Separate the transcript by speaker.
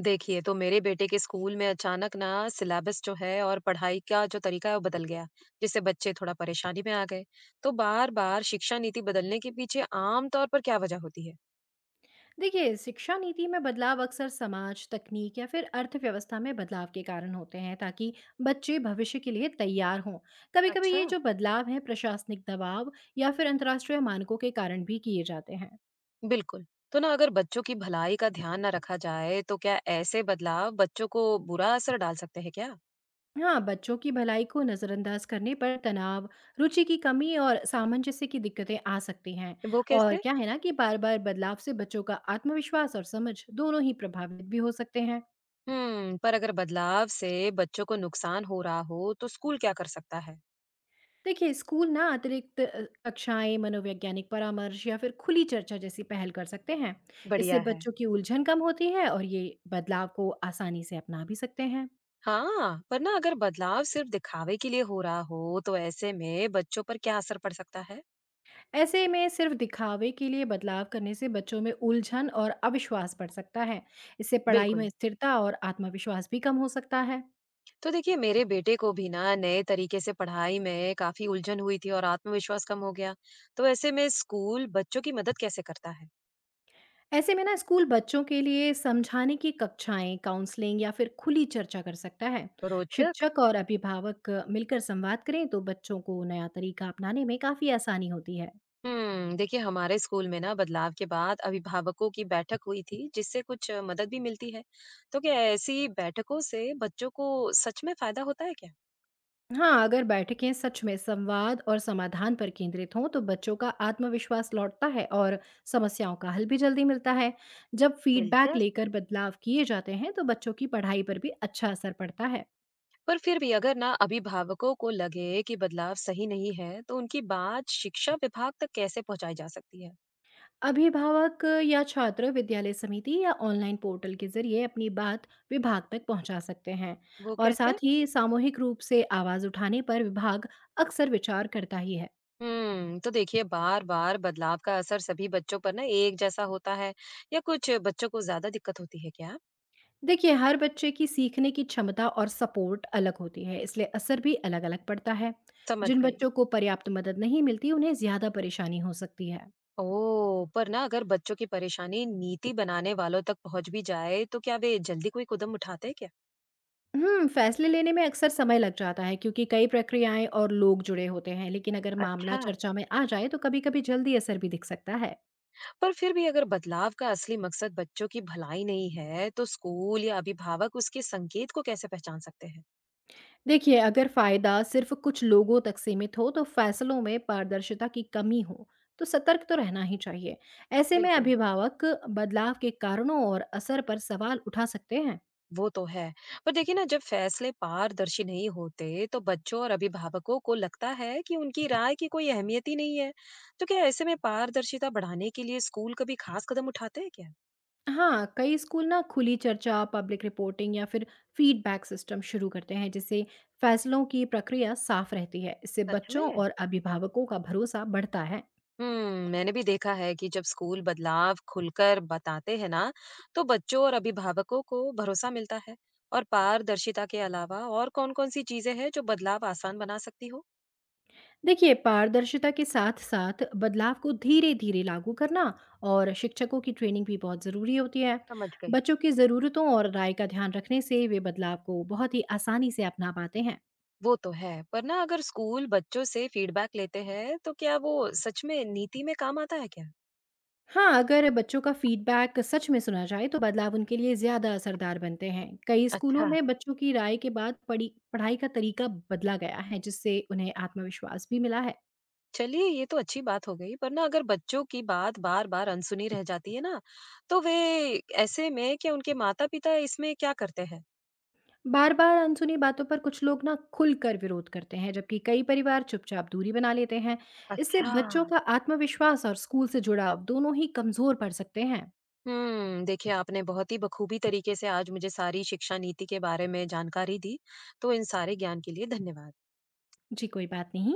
Speaker 1: देखिए, तो मेरे बेटे के स्कूल में अचानक ना सिलेबस जो है और पढ़ाई का जो तरीका है वो बदल गया, जिससे बच्चे थोड़ा परेशानी में आ गए। तो बार-बार शिक्षा नीति बदलने के पीछे आम तौर पर क्या वजह होती है?
Speaker 2: देखिए शिक्षा नीति में बदलाव अक्सर समाज तकनीक या फिर अर्थव्यवस्था में बदलाव के कारण होते हैं ताकि बच्चे भविष्य के लिए तैयार हों। कभी कभी
Speaker 1: अच्छा।
Speaker 2: ये जो बदलाव हैं प्रशासनिक दबाव या फिर अंतर्राष्ट्रीय मानकों के कारण भी किए जाते हैं।
Speaker 1: बिल्कुल। तो ना अगर बच्चों की भलाई का ध्यान ना रखा जाए, तो क्या ऐसे बदलाव बच्चों को बुरा असर डाल सकते हैं क्या?
Speaker 2: हाँ, बच्चों की भलाई को नज़रअंदाज करने पर तनाव, रुचि की कमी और सामंजस्य की दिक्कतें आ सकती हैं।
Speaker 1: वो
Speaker 2: और
Speaker 1: कैसे?
Speaker 2: क्या है ना कि बार बार बदलाव से बच्चों का आत्मविश्वास और समझ दोनों ही प्रभावित भी हो सकते हैं।
Speaker 1: पर अगर बदलाव से बच्चों को नुकसान हो रहा हो, तो स्कूल क्या कर सकता है?
Speaker 2: देखिए, स्कूल ना अतिरिक्त कक्षाएँ, मनोवैज्ञानिक परामर्श या फिर खुली चर्चा जैसी पहल कर सकते हैं। इससे
Speaker 1: बढ़िया है।
Speaker 2: बच्चों की उलझन कम होती है और ये बदलाव को आसानी से अपना भी सकते हैं।
Speaker 1: हाँ, वरना अगर बदलाव सिर्फ दिखावे के लिए हो रहा हो, तो ऐसे में बच्चों पर क्या असर पड़ सकता है?
Speaker 2: ऐसे में सिर्फ दिखावे के लिए बदलाव करने से बच्चों में उलझन और अविश्वास बढ़ सकता है। इससे पढ़ाई में
Speaker 1: बिल्कुल।
Speaker 2: स्थिरता और आत्मविश्वास भी कम हो सकता है।
Speaker 1: तो देखिए मेरे बेटे को भी ना नए तरीके से पढ़ाई में काफी उलझन हुई थी और आत्मविश्वास कम हो गया। तो ऐसे में स्कूल बच्चों की मदद कैसे करता है?
Speaker 2: ऐसे में ना स्कूल बच्चों के लिए समझाने की कक्षाएं, काउंसलिंग या फिर खुली चर्चा कर सकता है।
Speaker 1: रोचक।
Speaker 2: शिक्षक और अभिभावक मिलकर संवाद करें तो बच्चों को नया तरीका अपनाने में काफ़ी आसानी होती है।
Speaker 1: देखिए हमारे स्कूल में ना बदलाव के बाद अभिभावकों की बैठक हुई थी जिससे कुछ मदद भी मिलती है। तो क्या ऐसी बैठकों से बच्चों को सच में फायदा होता है क्या?
Speaker 2: हाँ, अगर बैठकें सच में संवाद और समाधान पर केंद्रित हों तो बच्चों का आत्मविश्वास लौटता है और समस्याओं का हल भी जल्दी मिलता है। जब फीडबैक
Speaker 1: दिलचस्प।
Speaker 2: लेकर बदलाव किए जाते हैं तो बच्चों की पढ़ाई पर भी अच्छा असर पड़ता है।
Speaker 1: पर फिर भी अगर ना अभिभावकों को लगे कि बदलाव सही नहीं है, तो उनकी बात शिक्षा विभाग तक कैसे पहुंचाई जा सकती है?
Speaker 2: अभिभावक या छात्र विद्यालय समिति या ऑनलाइन पोर्टल के जरिए अपनी बात विभाग तक पहुंचा सकते हैं।
Speaker 1: वो
Speaker 2: और
Speaker 1: कैसे?
Speaker 2: साथ ही सामूहिक रूप से आवाज उठाने पर विभाग अक्सर विचार करता ही है।
Speaker 1: तो देखिए बार बार बदलाव का असर सभी बच्चों पर ना एक जैसा होता है या कुछ बच्चों को ज्यादा दिक्कत होती है क्या?
Speaker 2: देखिए, हर बच्चे की सीखने की क्षमता और सपोर्ट अलग होती है, इसलिए असर भी अलग अलग पड़ता है।
Speaker 1: समझ
Speaker 2: जिन
Speaker 1: गई।
Speaker 2: बच्चों को पर्याप्त मदद नहीं मिलती उन्हें ज्यादा परेशानी हो सकती है।
Speaker 1: ओ, पर ना अगर बच्चों की परेशानी नीति बनाने वालों तक पहुंच भी जाए तो क्या वे जल्दी कोई कदम उठाते हैं क्या?
Speaker 2: फैसले लेने में अक्सर समय लग जाता है क्योंकि कई प्रक्रियाएं और लोग जुड़े होते हैं, लेकिन अगर मामला
Speaker 1: अच्छा।
Speaker 2: चर्चा में आ जाए तो कभी-कभी जल्दी असर भी दिख सकता है।
Speaker 1: पर फिर भी अगर बदलाव का असली मकसद बच्चों की भलाई नहीं है, तो स्कूल या अभिभावक उसके संकेत को कैसे पहचान सकते हैं?
Speaker 2: देखिए, अगर फ़ायदा सिर्फ़ कुछ लोगों तक सीमित हो, तो फैसलों में पारदर्शिता की कमी हो, तो सतर्क तो रहना ही चाहिए। ऐसे में
Speaker 1: बिल्कुल।
Speaker 2: अभिभावक बदलाव के कारणों और असर पर सवाल उठा सकते हैं।
Speaker 1: वो तो है। पर देखिए ना जब फैसले पारदर्शी नहीं होते तो बच्चों और अभिभावकों को लगता है कि उनकी राय की कोई अहमियत ही नहीं है। तो क्या ऐसे में पारदर्शिता बढ़ाने के लिए स्कूल कभी खास कदम उठाते हैं क्या?
Speaker 2: हाँ, कई स्कूल ना खुली चर्चा, पब्लिक रिपोर्टिंग या फिर फीडबैक सिस्टम शुरू करते हैं, जिससे फैसलों की प्रक्रिया साफ रहती है। इससे
Speaker 1: सच
Speaker 2: बच्चों
Speaker 1: में।
Speaker 2: और अभिभावकों का भरोसा बढ़ता है।
Speaker 1: मैंने भी देखा है कि जब स्कूल बदलाव खुलकर बताते हैं ना तो बच्चों और अभिभावकों को भरोसा मिलता है। और पारदर्शिता के अलावा और कौन-कौन सी चीजें हैं जो बदलाव आसान बना सकती हो?
Speaker 2: देखिए, पारदर्शिता के साथ साथ बदलाव को धीरे धीरे लागू करना और शिक्षकों की ट्रेनिंग भी बहुत ज़रूरी होती है।
Speaker 1: समझ गई।
Speaker 2: बच्चों की ज़रूरतों और राय का ध्यान रखने से वे बदलाव को बहुत ही आसानी से अपना पाते हैं।
Speaker 1: वो तो है। पर ना अगर स्कूल बच्चों से फीडबैक लेते हैं तो क्या वो सच में नीति में काम आता है क्या?
Speaker 2: हाँ, अगर बच्चों का फीडबैक सच में सुना जाए तो बदलाव उनके लिए ज़्यादा असरदार बनते हैं। कई स्कूलों
Speaker 1: अच्छा।
Speaker 2: में बच्चों की राय के बाद पढ़ी पढ़ाई का तरीका बदला गया है, जिससे उन्हें आत्मविश्वास भी मिला है।
Speaker 1: चलिए ये तो अच्छी बात हो गई पर ना अगर बच्चों की बात बार बार अनसुनी रह जाती है ना तो वे ऐसे में क्या उनके माता पिता इसमें क्या करते हैं?
Speaker 2: बार-बार अनसुनी बातों पर कुछ लोग ना खुलकर विरोध करते हैं, जबकि कई परिवार चुपचाप दूरी बना लेते हैं। इससे
Speaker 1: अच्छा।
Speaker 2: बच्चों का आत्मविश्वास और स्कूल से जुड़ाव दोनों ही कमज़ोर पड़ सकते हैं।
Speaker 1: देखिए आपने बहुत ही बखूबी तरीके से आज मुझे सारी शिक्षा नीति के बारे में जानकारी दी, तो इन सारे ज्ञान के लिए धन्यवाद।
Speaker 2: जी, कोई बात नहीं।